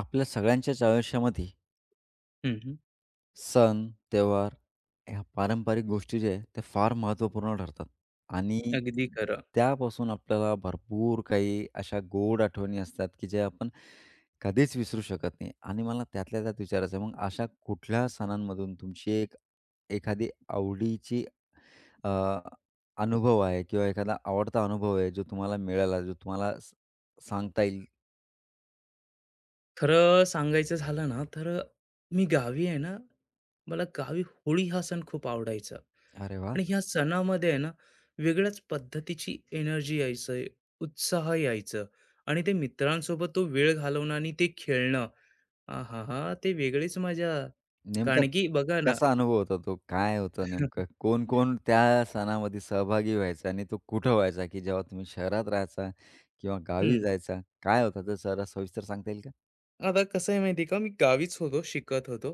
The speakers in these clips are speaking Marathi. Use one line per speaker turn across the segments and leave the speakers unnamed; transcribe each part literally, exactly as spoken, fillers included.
आपल्या सगळ्यांच्याच आयुष्यामध्ये
हं,
सण, त्योहार ह्या पारंपरिक गोष्टी ज्या आहेत, त्या फार महत्त्वपूर्ण ठरतात आणि
अगदी खरं.
त्यापासून आपल्याला भरपूर काही अशा गोड आठवणी असतात, की ज्या आपण कधीच विसरू शकत नाही आणि मला त्यातल्या त्यात विचारायचं आहे, मग अशा कुठल्या सणांमधून तुमची एक एखादी आवडीची अ, अनुभव आहे किंवा एखादा आवडता अनुभव आहे, जो तुम्हाला मिळाला, जो तुम्हाला स सांगता येईल.
खरं सांगायचं झालं ना, तर मी गावी आहे ना, मला गावी होळी हा सण खूप आवडायचा
"अरे वाह!
आणि ह्या सणामध्ये आहे ना, वेगळ्याच पद्धतीची एनर्जी यायचं, उत्साह यायचं आणि ते मित्रांसोबत तो वेळ घालवणं आणि ते खेळणं. आहाहा! ते वेगळीच मजा.
नेमका
कारण की बघा ना
कसा अनुभव होता तो? काय होतं नेमकं? कोण-कोण त्या सणामध्ये सहभागी व्हायचा आणि तो कुठं व्हायचा? की जेव्हा तुम्ही शहरात राहायचा किंवा गावी
हं.
जायचा? काय होता ते जरा सविस्तर सांगता येईल का?
आता कसं आहे माहिती का, मी गावीच होतो, शिकत होतो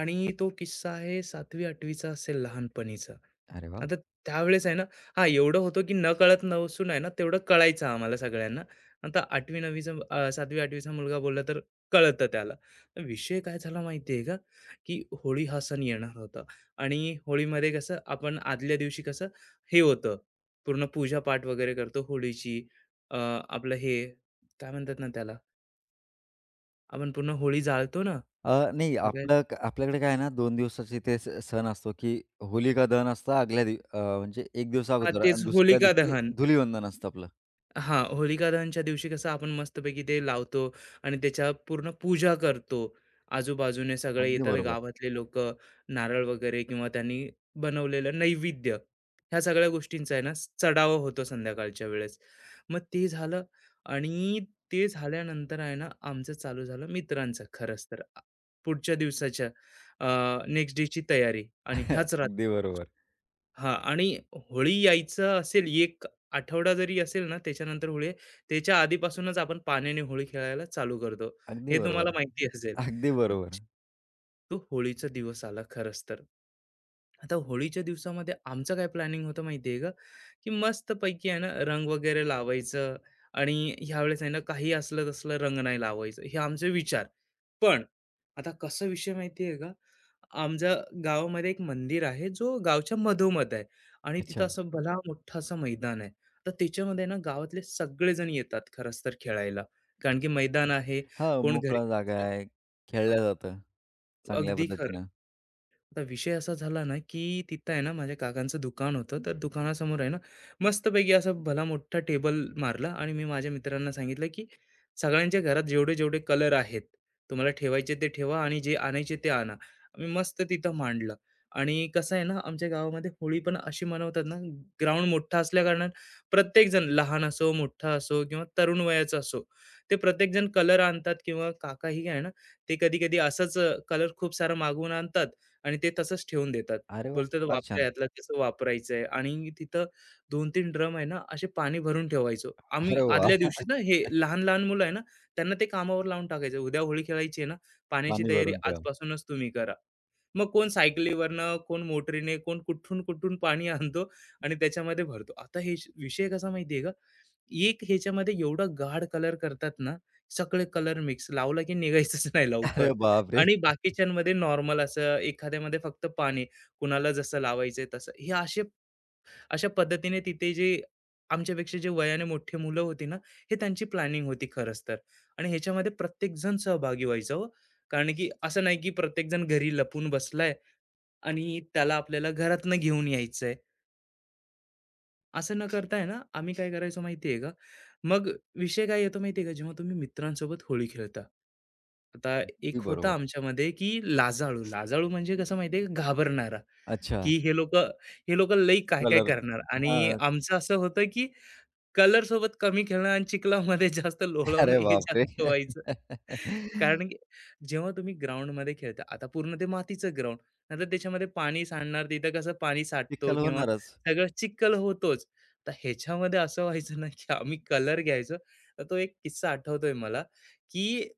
आणि तो किस्सा आहे सातवी-आठवीचा असेल लहानपणीचा.
अरे वाह!
आता त्यावेळेस आहे ना हां, एवढं होतं की नकळत नसून आहे ना तेवढं कळायचं आम्हाला सगळ्यांना. आता आठवी-नववीचा अ, सातवी-आठवीचा मुलगा बोलला तर कळतं त्याला. तर विषय काय झाला माहिती आहे का, की होळी हा सण येणार होता आणि होळीमध्ये कसं आपण आदल्या दिवशी कसं हे होतं, पूर्ण पूजा पाठ वगैरे करतो होळीची. अ, आपलं हे काय म्हणतात ना त्याला आपण पूर्ण होळी जाळतो ना,
अ, नाही
मग काय
आपलं क- आपल्याकडे काय आहे ना दोन दिवसाची ते स सण असतो, की होलिका दहन असतं आदल्या दिव अ, म्हणजे एक दिवस
हां,
अगोदर
तेच
आणि दुसऱ्या
होलिका
दिवशी
दहन.
धुलिवंदन असतं आपलं.
हां, होलिका दहनच्या दिवशी कसं आपण मस्तपैकी ते लावतो आणि त्याच्या पूर्ण पूजा करतो. आजूबाजूने सगळे
अगदी
येतात
बरोबर.
गावातले लोकं, नारळ वगैरे किंवा त्यांनी बनवलेलं नैवेद्य, ह्या सगळ्या गोष्टींचा आहे ना स- चढावा होतो संध्याकाळच्या वेळेस. मग ते झालं आणि ते झाल्यानंतर आहे ना आमचं चालू झालं मित्रांचं खरंच तर. आ, पुढच्या दिवसाच्या नेक्स्ट डेची तयारी आणि ह्याच
अगदी
रात्री
बरोबर.
हां आणि होळी यायचं असेल, एक आठवडा जरी असेल ना, त्याच्यानंतर होळी आहे, त्याच्या आधीपासूनच आपण पाण्याने होळी खेळायला चालू करतो.
अगदी
हे तुम्हाला
बरोबर.
माहिती असेल.
अगदी
अच्छा,
बरोबर.
तो होळीचा दिवस आला खरंच तर. आता होळीच्या दिवसामध्ये आमचं काय प्लॅनिंग होतं माहिती का, की मस्तपैकी आहे ना, रंग वगैरे लावायचं आणि ह्यावेळेस आहे ना, काही असलं तसलं रंग नाही लावायचं, हे आमचे विचार. पण आता कसा विषय माहिती आहे का? आमच्या गावामध्ये एक मंदिर आहे, जो गावच्या मधोमध आहे आणि तिथं
अच्छा.
असं भला मोठं असं मैदान आहे. तर त्याच्यामध्ये ना गावातले सगळेजण येतात खरंच तर खेळायला. कारण की मैदान आहे,
हां,
कोण घरी
मोकळा जागा आहे. खेळलं जातं चांगल्या
अगदी
पद्धतीनं.
खरं. आता विषय असा झाला ना, की तिथं आहे ना माझ्या काकांचं दुकान होतं. तर दुकानासमोर आहे ना, मस्तपैकी असा भला मोठा टेबल मारला आणि मी माझ्या मित्रांना सांगितलं, की सगळ्यांच्या घरात जेवढे-जेवढे कलर आहेत, तुम्हाला ठेवायचे ते ठेवा आणि जे आणायचे ते आणा. आम्ही मस्त तिथं मांडलं आणि कसं आहे ना, आमच्या गावामध्ये होळी पण अशी मनवतात ना, ग्राउंड मोठा असल्याकारणानं प्रत्येकजण लहान असो, मोठा असो किंवा तरुण वयाचा असो, ते प्रत्येकजण कलर आणतात किंवा काकाही आहे ना, ते कधी-कधी असंच कलर खूप सारा मागवून आणतात आणि ते तसंच ठेवून देतात.
अरे वाह!
बोलतात
फार
वापरा
छान.
यातलं कसं वापरायचं आहे आणि तिथं दोन-तीन ड्रम आहे ना, असे पाणी भरून ठेवायचो. आम्ही
अरे
आदल्या
वाह!
दिवशी ना हे लहान-लहान मुलं आहे ना, त्यांना ते कामावर लावून टाकायचं. उद्या होळी खेळायची आहे ना, पाण्याची
पाणी
तयारी
भरून ठेवा.
आजपासूनच तुम्ही करा. मग कोण सायकलीवरनं, कोण मोटरीने, कोण कुठून-कुठून पाणी आणतो आणि त्याच्यामध्ये भरतो. आता हे श- विषय कसा माहिती का? एक ह्याच्यामध्ये एवढा गाढ कलर करतात ना, सगळे कलर मिक्स लावला की निघायचंच नाही लवकर
अरे बापरे!
आणि बाकीच्यांमध्ये नॉर्मल असं एखाद्यामध्ये फक्त पाणी, कुणाला जसं लावायचंय तसं. हे असे अशा पद्धतीने तिथे जे आमच्यापेक्षा जे वयाने मोठी मुलं होती ना, हे त्यांची प्लॅनिंग होती खरंच तर आणि ह्याच्यामध्ये प्रत्येकजण सहभागी व्हायचा हो. कारण की असं नाही की प्रत्येकजण घरी लपून बसलाय आणि त्याला आपल्याला घरातनं घेऊन यायचंय. असं न करता आहे ना, आम्ही काय करायचो माहिती आहे का? मग विषय काय येतो माहिती आहे का? जेव्हा तुम्ही मित्रांसोबत होळी खेळता. आता
अगदी
एक होता
बरोबर.
आमच्यामध्ये की लाजाळू. लाजाळू म्हणजे कसं माहिती का? घाबरणारा,
अच्छा.
की हे लोकं हे लोकं लई काय-काय
कलर.
करणार आणि
हां.
आमचं असं होतं की कलर सोबत कमी खेळणं आणि चिखलामध्ये जास्त लोळवणं
अरे
हे
बापरे!
जास्त व्हायचं. कारण की जेव्हा तुम्ही ग्राउंडमध्ये खेळता, आता पूर्ण ते मातीचं ग्राउंड, नंतर त्याच्यामध्ये पाणी सांडणार, तिथं कसं पाणी साठतो
चिखल
किंवा
होणारच.
सगळं चिखल होतोच. तर ह्याच्यामध्ये असं व्हायचं ना, की आम्ही कलर घ्यायचो. तर तो एक किस्सा आठवतोय मला, की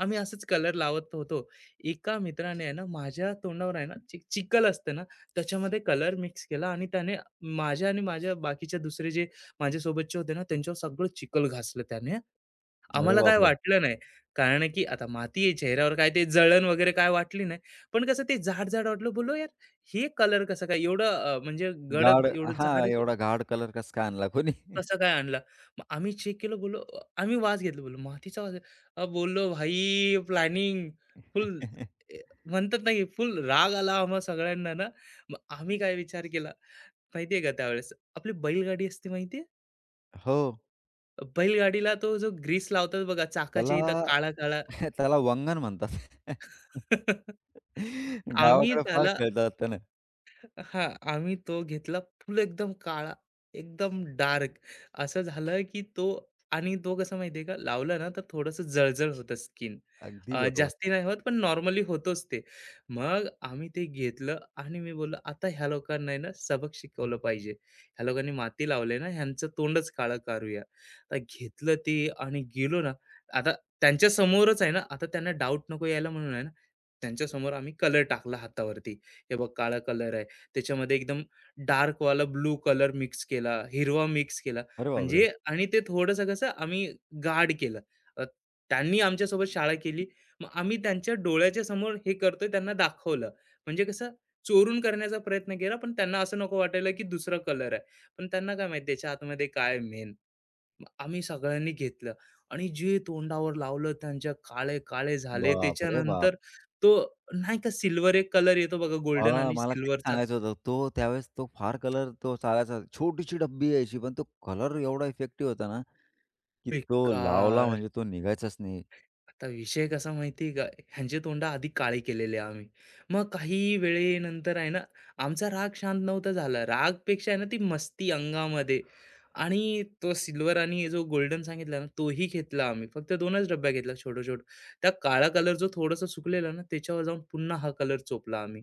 आम्ही असंच कलर लावत होतो. एका मित्राने आहे ना, माझ्या तोंडावर आहे ना, चि चिखल असतं ना, त्याच्यामध्ये कलर मिक्स केला आणि त्याने माझ्या आणि माझ्या बाकीच्या दुसरे जे माझ्यासोबतचे होते ना, त्यांच्यावर सगळं चिखल घासलं त्याने.
अरे
आम्हाला काय
बापरे!
वाटलं नाही. कारण की आता माती आहे चेहऱ्यावर काय ते जळण वगैरे काय वाटली नाही. पण कसं ते जाड-जाड वाटलं. बोललो, "यार, हे कलर कसं काय एवढं अ, म्हणजे गडद
गाढ.
एवढं जाड?"
हां, एवढा गाढ कलर कसं काय आणला कोणी?
कसा काय आणला? मग आम्ही चेक केलं बोललो अ, आम्ही वास घेतला बोललो मातीचा वास आहे. अ, बोललो भाई प्लॅनिंग फुल ए, म्हणतात ना फुल राग आला आम्हा सगळ्यांना ना. मग आम्ही काय विचार केला माहितीये का त्यावेळेस आपली बैलगाडी असते माहितीये?
हो.
बैलगाडीला तो जो ग्रीस लावतात बघा चाकाच्या
त्याला
इथं काळा-काळा.
त्याला वंगण म्हणतात.
आम्ही
गावाकडे फार
त्याला
खेळतात त्यानं.
हां, आम्ही तो घेतला फुल एकदम काळा, एकदम डार्क असं झालं, की तो आणि तो कसं माहिती का, लावला ना तर थोडंसं जळजळ होतं स्किन.
अगदी बरोबर.
जास्ती नाही होत, पण नॉर्मली होतोच ते. मग आम्ही ते घेतलं आणि मी बोललो, "आता ह्या लोकांना आहे ना सबक शिकवलं पाहिजे. ह्या लोकांनी माती लावली ना, ह्यांचं तोंडच काळं करूया." आता घेतलं ते आणि गेलो ना, आता त्यांच्या समोरच आहे ना, आता त्यांना डाउट नको यायला म्हणून आहे ना, त्यांच्यासमोर आम्ही कलर टाकला हातावरती. हे बघ काळा कलर आहे. त्याच्यामध्ये एकदम डार्क वाला ब्लू कलर मिक्स केला, हिरवा मिक्स केला.
अरे बापरे!
म्हणजे आणि ते थोडंसं कसं आम्ही गाढ केलं. अ, त्यांनी आमच्यासोबत शाळा केली. मग आम्ही त्यांच्या डोळ्याच्या समोर हे करतोय त्यांना दाखवलं. म्हणजे कसं चोरून करण्याचा प्रयत्न केला, पण त्यांना असं नको वाटायला, की दुसरा कलर आहे. पण त्यांना काय माहिती त्याच्या आतमध्ये काय मेन. आम्ही सगळ्यांनी घेतलं आणि जे तोंडावर लावलं त्यांच्या काळे-काळे झाले.
बापरे बाप!
त्याच्यानंतर तो नाही का सिल्वर एक कलर येतो बघा गोल्डन
हां,
आणि
मला तेच
सिल्वरचा.
सांगायचं होतं. तो त्यावेळेस तो फार कलर तो चालायचा. छोटीशी डब्बी यायची, पण तो कलर एवढा इफेक्टिव्ह होता ना, की तो लावला
बेकार.
म्हणजे तो निघायचाच नाही.
आता विषय कसा माहिती आहे का, ह्यांचे तोंड आधी काळे केलेले आम्ही. मग काही वेळेनंतर आहे ना, आमचा राग शांत नव्हता झाला. रागपेक्षा आहे ना ती मस्ती अंगामध्ये आणि तो सिल्वर आणि जो गोल्डन सांगितला ना, तोही घेतला आम्ही. फक्त 2च डब्या घेतला छोटा-छोटा. त्या काळा कलर जो थोडासा सुकलेला ना, त्याच्यावर जाऊन पुन्हा हा कलर चोपला आम्ही.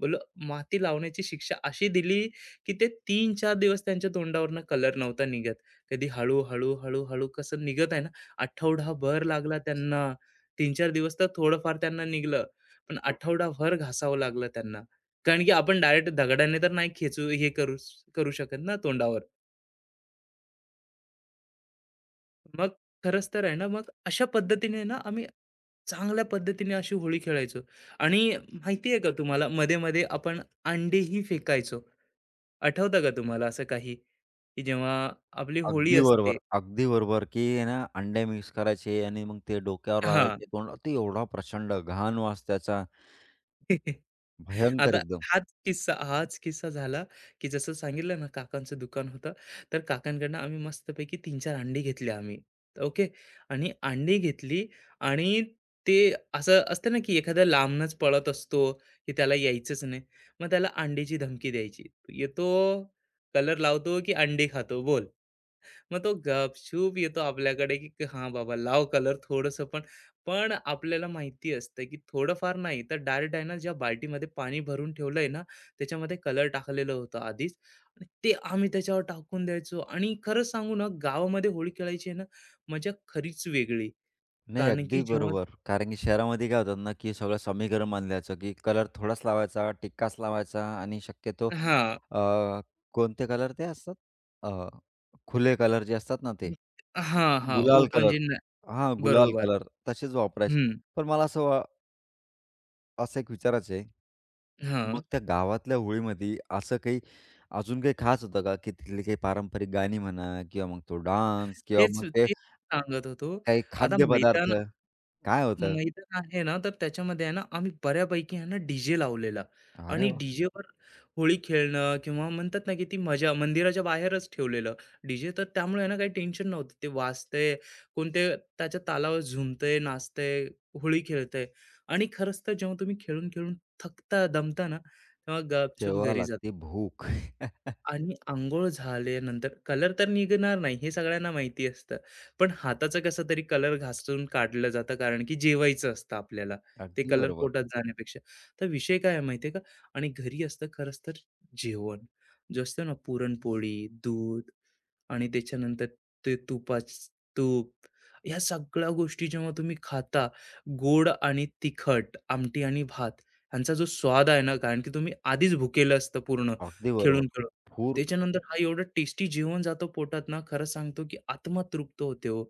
बोललो, माती लावण्याची शिक्षा अशी दिली, की ते तीन-चार दिवस त्यांच्या तोंडावरनं कलर नव्हता निघत. कधी हळू, हळू, हळू, हळू कसं निघत आहे ना, आठवडाभर लागला त्यांना. तीन-चार दिवस तर थोडंफार त्यांना निघालं, पण आठवडाभर घासावं लागलं त्यांना. कारण की आपण डायरेक्ट दगडाने तर नाही खेचू हे करू करू शकत ना तोंडावर. मग खरंच तर आहे ना, मग अशा पद्धतीने ना आम्ही चांगल्या पद्धतीने अशी होळी खेळायचो आणि माहिती आहे का तुम्हाला मध्ये-मध्ये आपण अंडेही फेकायचो. आठवतं का तुम्हाला असं काही, की जेव्हा आपली होळी
अगदी
असते?
बरोबर, अगदी बरोबर, की आहे ना, अंडे मिक्स करायचे आणि मग ते डोक्यावर
हां.
लावायचे. तोंड ते एवढा प्रचंड घाण वास त्याचा, भयंकर
आता
एकदम.
हाच किस्सा हाच किस्सा झाला, की जसं सांगितलं ना काकांचं दुकान होतं. तर काकांकडनं आम्ही मस्तपैकी तीन-चार अंडी घेतली आम्ही. ओके. आणि अंडी घेतली आणि ते असं असतं ना, की एखादा लांबनच पळत असतो, की त्याला यायचंच नाही. मग त्याला अंडीची धमकी द्यायची. तू "येतो, कलर लावतो की अंडी खातो बोल?" मग तो गपशूप येतो आपल्याकडे, की हां, बाबा लाव कलर थोडंसं पण. पण आपल्याला माहिती असतं, की थोडंफार नाही तर डायरेक्ट आहे ना, ज्या बाल्टीमध्ये पाणी भरून ठेवलंय ना, त्याच्यामध्ये कलर टाकलेलं होतं आधीच आणि ते आम्ही त्याच्यावर टाकून द्यायचो आणि खरं सांगू ना, गावामध्ये होळी खेळायची आहे ना, मजा खरीच वेगळी.
नाही,
कारण की
अगदी
जेव्हा
बरोबर. कारण की शहरामध्ये काय होतात ना, की सगळं समीकरण मानलं जायचं, की कलर थोडाच लावायचा, टिक्काच लावायचा आणि शक्यतो
हां.
अ, कोणते कलर ते असतात? अ, खुले कलर जे असतात ना ते.
हां, हां.
गुलाल
ओपन
कलर.
जिना
हां, गुलाल
बरोबर.
कलर तसेच वापरायचे.
हं.
पण मला असं वा असं एक विचारायचं आहे, मग
हां.
त्या गावातल्या होळीमध्ये असं काही अजून काही खास होतं का, की तिथली काही पारंपरिक गाणी म्हणा किंवा मग तो डान्स किंवा
तेच,
मग ते
तेच सांगत होतो.
काही
आता
खाद्यपदार्थ
मैदान
काय होतं?
मैदान आहे ना, तर त्याच्यामध्ये आहे ना, आम्ही बऱ्यापैकी आहे ना, डी-जे लावलेला
अरे
आणि
वाह!
डी-जेवर होळी खेळणं किंवा म्हणतात ना, की ती मजा मंदिराच्या बाहेरच ठेवलेलं डी तर त्यामुळे आहे ना, काही टेन्शन नव्हतं. ते वाजतंय, कोणते त्याच्या तालावर झुमतंय, नाचतंय, होळी खेळतंय आणि खरंच तर जेव्हा तुम्ही खेळून-खेळून थकता, दमता ना, तेव्हा गपचूप
तेव्हा
घरी जाता.
लागते भूक.
आणि अंघोळ झाल्यानंतर कलर तर निघणार नाही हे सगळ्यांना माहिती असतं. पण हाताचं कसं तरी कलर घासून काढलं जातं कारण की जेवायचं असतं आपल्याला. ते
अगदी
कलर
बरोबर,
पोटात जाण्यापेक्षा. तर विषय काय आहे माहिती का? आणि घरी असतं खरंच तर जेवण. जे असतं ना पुरणपोळी, दूध आणि त्याच्यानंतर ते तुपाचं तूप ह्या सगळ्या गोष्टी जेव्हा तुम्ही खाता, गोड आणि तिखट, आमटी आणि भात यांचा जो स्वाद आहे ना कारण की तुम्ही आधीच भुकेलं असतं पूर्ण
अगदी बरोबर.
खेळून-खेळून.
पूर
त्याच्यानंतर हा एवढं टेस्टी जेवण जातो पोटात ना, खरं सांगतो की आत्मा तृप्त होते हो.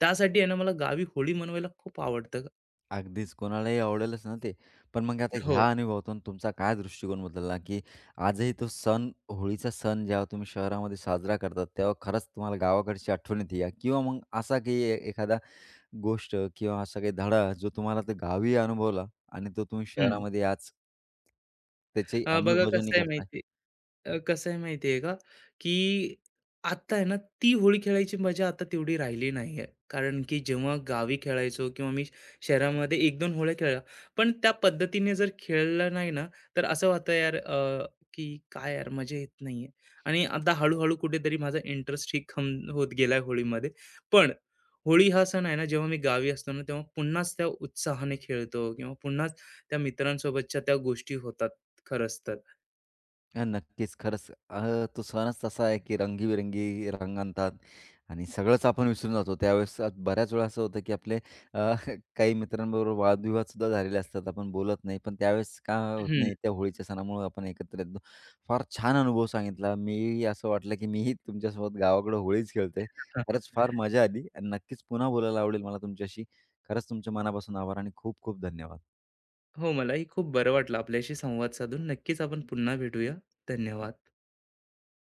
त्यासाठी आहे ना, मला गावी होळी मनवायला खूप आवडतं.
अगदीच, कोणालाही आवडेलच ना ते. पण मग आता
हो.
ह्या अनुभवातून तुमचा काय दृष्टिकोन बदलला, की आजही तो सण, होळीचा सण जेव्हा तुम्ही शहरामध्ये साजरा करतात, तेव्हा खरंच तुम्हाला गावाकडची आठवण येते या किंवा मग असा काही ए एखादा गोष्ट किंवा असा काही धडा जो तुम्हाला ते गावी अनुभवला आणि तो तुम्ही
हं.
शहरामध्ये आज त्याची
अ, बघा
अंमलबजावणी
कसं आहे
करताय?
माहिती अ, कसं आहे माहिती का, की आता आहे ना, ती होळी खेळायची मजा आता तेवढी राहिली नाही आहे. कारण की जेव्हा गावी खेळायचो किंवा मी शहरामध्ये एक दोन होळ्या खेळल्या. पण त्या पद्धतीने जर खेळलं नाही ना, तर असं वाटतं यार अ, की काय यार मजा येत नाही आहे. आणि आता हळू कुठेतरी माझा इंटरेस्ट ही कम होत गेलाय होळीमध्ये. पण होळी हा सण आहे ना, जेव्हा मी गावी असतो ना, तेव्हा पुन्हाच त्या उत्साहाने खेळतो किंवा पुन्हाच त्या मित्रांसोबतच्या त्या गोष्टी होतात खरंच तर.
हां, नक्कीच. खरंच अ, तो सणच तसा आहे, की रंगीबेरंगी रंग आणतात आणि सगळंच आपण विसरून जातो. त्यावेळेस अ- बऱ्याच वेळा असं होतं, की आपले अ, काही मित्रांबरोबर वादविवाद सुद्धा झालेले असतात. आपण बोलत नाही, पण त्यावेळेस का होत नाही, त्या होळीच्या सणामुळे आपण एकत्र येतो. फार छान अनुभव सांगितला. मीही असं वाटलं, की मीही तुमच्यासोबत गावाकडं होळीच खेळतोय.
हं.
खरंच फार मजा आली आणि नक्कीच पुन्हा बोलायला आवडेल मला तुमच्याशी. खरंच तुमच्या मनापासून आभार आणि खूप खूप धन्यवाद.
हो मलाही खूप बरं वाटलं आपल्याशी संवाद साधून नक्कीच आपण पुन्हा भेटूया धन्यवाद